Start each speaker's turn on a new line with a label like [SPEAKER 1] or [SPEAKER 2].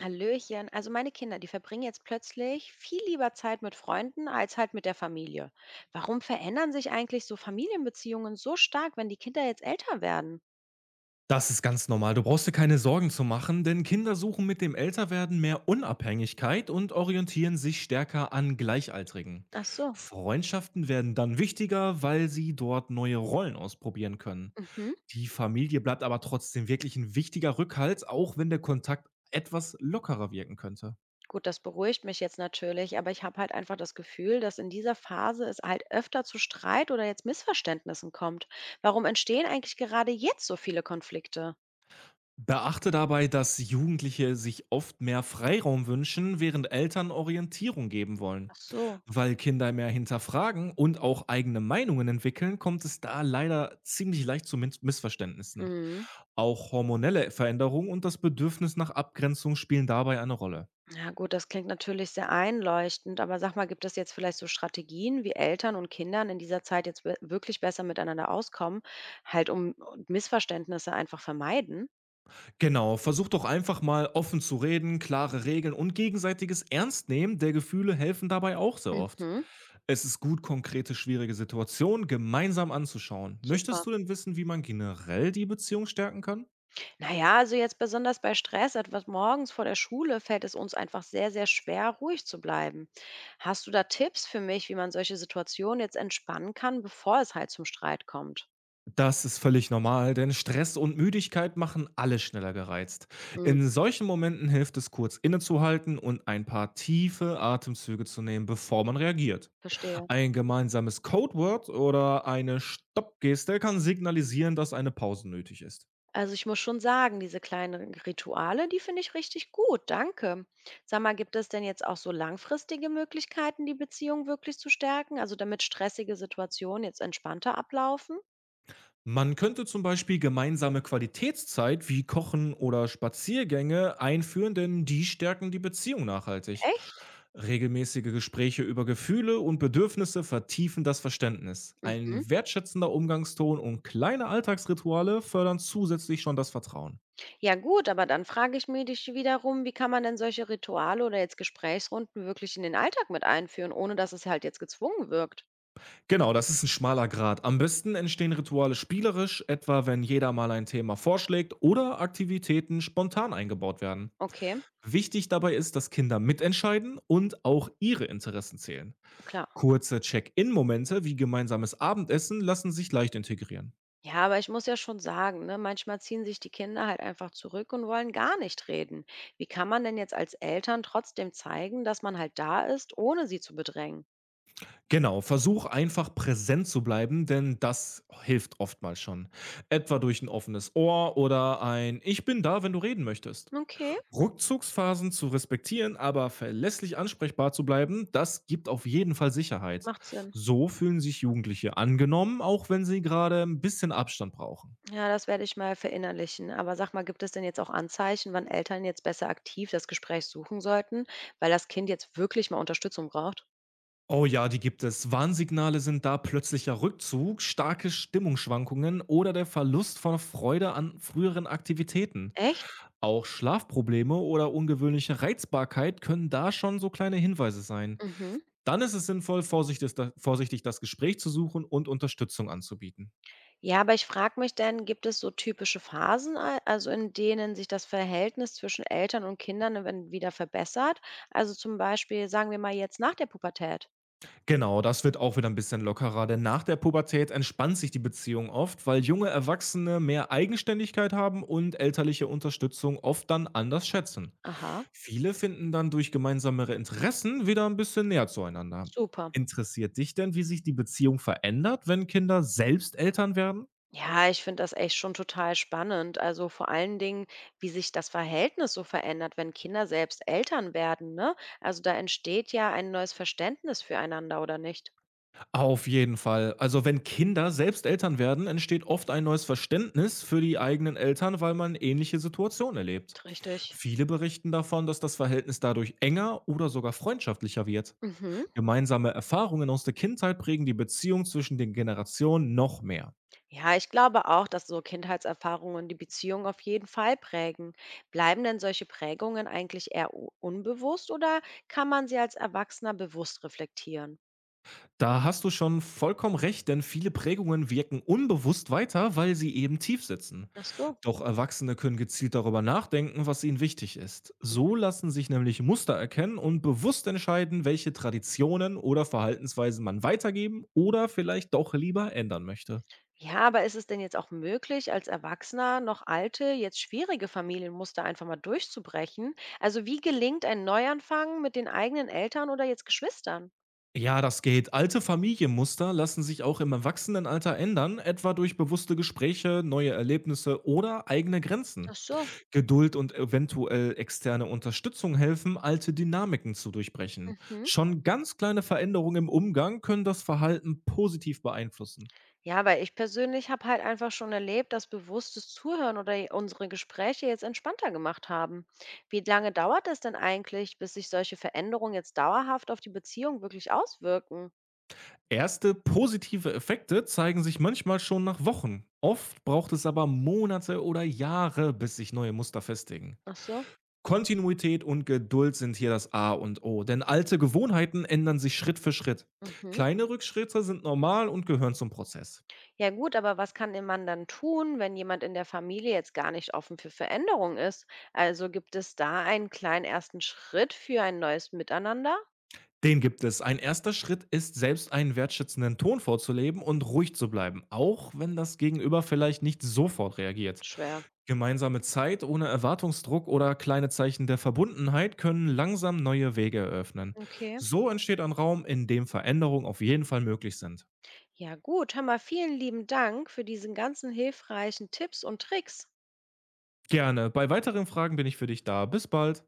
[SPEAKER 1] Hallöchen. Also meine Kinder, die verbringen jetzt plötzlich viel lieber Zeit mit Freunden als halt mit der Familie. Warum verändern sich eigentlich so Familienbeziehungen so stark, wenn die Kinder jetzt älter werden?
[SPEAKER 2] Das ist ganz normal. Du brauchst dir keine Sorgen zu machen, denn Kinder suchen mit dem Älterwerden mehr Unabhängigkeit und orientieren sich stärker an Gleichaltrigen.
[SPEAKER 1] Ach so.
[SPEAKER 2] Freundschaften werden dann wichtiger, weil sie dort neue Rollen ausprobieren können.
[SPEAKER 1] Mhm.
[SPEAKER 2] Die Familie bleibt aber trotzdem wirklich ein wichtiger Rückhalt, auch wenn der Kontakt etwas lockerer wirken könnte.
[SPEAKER 1] Gut, das beruhigt mich jetzt natürlich, aber ich habe halt einfach das Gefühl, dass in dieser Phase es halt öfter zu Streit oder jetzt Missverständnissen kommt. Warum entstehen eigentlich gerade jetzt so viele Konflikte?
[SPEAKER 2] Beachte dabei, dass Jugendliche sich oft mehr Freiraum wünschen, während Eltern Orientierung geben wollen.
[SPEAKER 1] Ach so.
[SPEAKER 2] Weil Kinder mehr hinterfragen und auch eigene Meinungen entwickeln, kommt es da leider ziemlich leicht zu Missverständnissen.
[SPEAKER 1] Mhm.
[SPEAKER 2] Auch hormonelle Veränderungen und das Bedürfnis nach Abgrenzung spielen dabei eine Rolle.
[SPEAKER 1] Ja gut, das klingt natürlich sehr einleuchtend, aber sag mal, gibt es jetzt vielleicht so Strategien, wie Eltern und Kindern in dieser Zeit jetzt we wirklich besser miteinander auskommen, halt um Missverständnisse einfach vermeiden?
[SPEAKER 2] Genau, versucht doch einfach mal offen zu reden, klare Regeln und gegenseitiges Ernstnehmen der Gefühle helfen dabei auch sehr oft.
[SPEAKER 1] Mhm.
[SPEAKER 2] Es ist gut, konkrete schwierige Situationen gemeinsam anzuschauen. Möchtest
[SPEAKER 1] Super.
[SPEAKER 2] du denn wissen, wie man generell die Beziehung stärken kann?
[SPEAKER 1] Naja, also jetzt besonders bei Stress, etwas morgens vor der Schule, fällt es uns einfach sehr, sehr schwer, ruhig zu bleiben. Hast du da Tipps für mich, wie man solche Situationen jetzt entspannen kann, bevor es halt zum Streit kommt?
[SPEAKER 2] Das ist völlig normal, denn Stress und Müdigkeit machen alle schneller gereizt.
[SPEAKER 1] Mhm.
[SPEAKER 2] In solchen Momenten hilft es kurz innezuhalten und ein paar tiefe Atemzüge zu nehmen, bevor man reagiert.
[SPEAKER 1] Verstehe.
[SPEAKER 2] Ein gemeinsames Codewort oder eine Stoppgeste kann signalisieren, dass eine Pause nötig ist.
[SPEAKER 1] Also ich muss schon sagen, diese kleinen Rituale, die finde ich richtig gut, danke. Sag mal, gibt es denn jetzt auch so langfristige Möglichkeiten, die Beziehung wirklich zu stärken, also damit stressige Situationen jetzt entspannter ablaufen?
[SPEAKER 2] Man könnte zum Beispiel gemeinsame Qualitätszeit wie Kochen oder Spaziergänge einführen, denn die stärken die Beziehung nachhaltig.
[SPEAKER 1] Echt?
[SPEAKER 2] Regelmäßige Gespräche über Gefühle und Bedürfnisse vertiefen das Verständnis.
[SPEAKER 1] Mhm.
[SPEAKER 2] Ein wertschätzender Umgangston und kleine Alltagsrituale fördern zusätzlich schon das Vertrauen.
[SPEAKER 1] Ja gut, aber dann frage ich mich dich wiederum, wie kann man denn solche Rituale oder jetzt Gesprächsrunden wirklich in den Alltag mit einführen, ohne dass es halt jetzt gezwungen wirkt?
[SPEAKER 2] Genau, das ist ein schmaler Grat. Am besten entstehen Rituale spielerisch, etwa wenn jeder mal ein Thema vorschlägt oder Aktivitäten spontan eingebaut werden.
[SPEAKER 1] Okay,
[SPEAKER 2] Wichtig dabei ist, dass Kinder mitentscheiden und auch ihre Interessen zählen.
[SPEAKER 1] klar.
[SPEAKER 2] Kurze Check-in-Momente wie gemeinsames Abendessen lassen sich leicht integrieren.
[SPEAKER 1] Ja, aber ich muss ja schon sagen, ne, manchmal ziehen sich die Kinder halt einfach zurück und wollen gar nicht reden. Wie kann man denn jetzt als Eltern trotzdem zeigen, dass man halt da ist, ohne sie zu bedrängen?
[SPEAKER 2] Genau, versuch einfach präsent zu bleiben, denn das hilft oftmals schon. Etwa durch ein offenes Ohr oder ein „Ich bin da, wenn du reden möchtest“.
[SPEAKER 1] Okay,
[SPEAKER 2] Rückzugsphasen zu respektieren, aber verlässlich ansprechbar zu bleiben, das gibt auf jeden Fall Sicherheit.
[SPEAKER 1] macht Sinn.
[SPEAKER 2] So fühlen sich Jugendliche angenommen, auch wenn sie gerade ein bisschen Abstand brauchen.
[SPEAKER 1] Ja, das werde ich mal verinnerlichen. Aber sag mal, gibt es denn jetzt auch Anzeichen, wann Eltern jetzt besser aktiv das Gespräch suchen sollten, weil das Kind jetzt wirklich mal Unterstützung braucht?
[SPEAKER 2] Oh ja, die gibt es. Warnsignale sind da plötzlicher Rückzug, starke Stimmungsschwankungen oder der Verlust von Freude an früheren Aktivitäten.
[SPEAKER 1] Echt?
[SPEAKER 2] Auch Schlafprobleme oder ungewöhnliche Reizbarkeit können da schon so kleine Hinweise sein.
[SPEAKER 1] Mhm.
[SPEAKER 2] Dann ist es sinnvoll, vorsichtig das Gespräch zu suchen und Unterstützung anzubieten.
[SPEAKER 1] Ja, aber ich frage mich dann, gibt es so typische Phasen, a also in denen sich das Verhältnis zwischen Eltern und Kindern dann wieder verbessert? Also zum Beispiel, sagen wir mal jetzt nach der Pubertät.
[SPEAKER 2] Genau, das wird auch wieder ein bisschen lockerer, denn nach der Pubertät entspannt sich die Beziehung oft, weil junge Erwachsene mehr Eigenständigkeit haben und elterliche Unterstützung oft dann anders schätzen.
[SPEAKER 1] Aha,
[SPEAKER 2] Viele finden dann durch gemeinsamere Interessen wieder ein bisschen näher zueinander.
[SPEAKER 1] super.
[SPEAKER 2] Interessiert dich denn, wie sich die Beziehung verändert, wenn Kinder selbst Eltern werden?
[SPEAKER 1] Ja, ich finde das echt schon total spannend. Also vor allen Dingen, wie sich das Verhältnis so verändert, wenn Kinder selbst Eltern werden, ne? Also da entsteht ja ein neues Verständnis füreinander, oder nicht?
[SPEAKER 2] Auf jeden Fall. Also, wenn Kinder selbst Eltern werden, entsteht oft ein neues Verständnis für die eigenen Eltern, weil man ähnliche Situationen erlebt.
[SPEAKER 1] Richtig.
[SPEAKER 2] Viele berichten davon, dass das Verhältnis dadurch enger oder sogar freundschaftlicher wird.
[SPEAKER 1] Mhm.
[SPEAKER 2] Gemeinsame Erfahrungen aus der Kindheit prägen die Beziehung zwischen den Generationen noch mehr.
[SPEAKER 1] Ja, ich glaube auch, dass so Kindheitserfahrungen die Beziehung auf jeden Fall prägen. Bleiben denn solche Prägungen eigentlich eher unbewusst oder kann man sie als Erwachsener bewusst reflektieren?
[SPEAKER 2] Da hast du schon vollkommen recht, denn viele Prägungen wirken unbewusst weiter, weil sie eben tief sitzen.
[SPEAKER 1] Ach so.
[SPEAKER 2] Doch Erwachsene können gezielt darüber nachdenken, was ihnen wichtig ist.
[SPEAKER 1] Mhm.
[SPEAKER 2] So lassen sich nämlich Muster erkennen und bewusst entscheiden, welche Traditionen oder Verhaltensweisen man weitergeben oder vielleicht doch lieber ändern möchte.
[SPEAKER 1] Ja, aber ist es denn jetzt auch möglich, als Erwachsener noch alte, jetzt schwierige Familienmuster einfach mal durchzubrechen? Also wie gelingt ein Neuanfang mit den eigenen Eltern oder jetzt Geschwistern?
[SPEAKER 2] Ja, das geht. Alte Familienmuster lassen sich auch im Erwachsenenalter ändern, etwa durch bewusste Gespräche, neue Erlebnisse oder eigene
[SPEAKER 1] Ach
[SPEAKER 2] Grenzen.
[SPEAKER 1] so.
[SPEAKER 2] Geduld und eventuell externe Unterstützung helfen, alte Dynamiken zu durchbrechen.
[SPEAKER 1] Mhm.
[SPEAKER 2] Schon ganz kleine Veränderungen im Umgang können das Verhalten positiv beeinflussen.
[SPEAKER 1] Ja, weil ich persönlich habe halt einfach schon erlebt, dass bewusstes Zuhören oder unsere Gespräche jetzt entspannter gemacht haben. Wie lange dauert es denn eigentlich, bis sich solche Veränderungen jetzt dauerhaft auf die Beziehung wirklich auswirken?
[SPEAKER 2] Erste positive Effekte zeigen sich manchmal schon nach Wochen. Oft braucht es aber Monate oder Jahre, bis sich neue Muster festigen.
[SPEAKER 1] Ach so.
[SPEAKER 2] Kontinuität und Geduld sind hier das A und O, denn alte Gewohnheiten ändern sich Schritt für Schritt.
[SPEAKER 1] Mhm.
[SPEAKER 2] Kleine Rückschritte sind normal und gehören zum Prozess.
[SPEAKER 1] Ja gut, aber was kann denn man dann tun, wenn jemand in der Familie jetzt gar nicht offen für Veränderungen ist? Also gibt es da einen kleinen ersten Schritt für ein neues Miteinander?
[SPEAKER 2] Den gibt es. Ein erster Schritt ist, selbst einen wertschätzenden Ton vorzuleben und ruhig zu bleiben, auch wenn das Gegenüber vielleicht nicht sofort reagiert.
[SPEAKER 1] Schwer.
[SPEAKER 2] Gemeinsame Zeit ohne Erwartungsdruck oder kleine Zeichen der Verbundenheit können langsam neue Wege eröffnen.
[SPEAKER 1] Okay.
[SPEAKER 2] So entsteht ein Raum, in dem Veränderungen auf jeden Fall möglich sind.
[SPEAKER 1] Ja gut, hör mal, vielen lieben Dank für diesen ganzen hilfreichen Tipps und Tricks.
[SPEAKER 2] Gerne. Bei weiteren Fragen bin ich für dich da. Bis bald.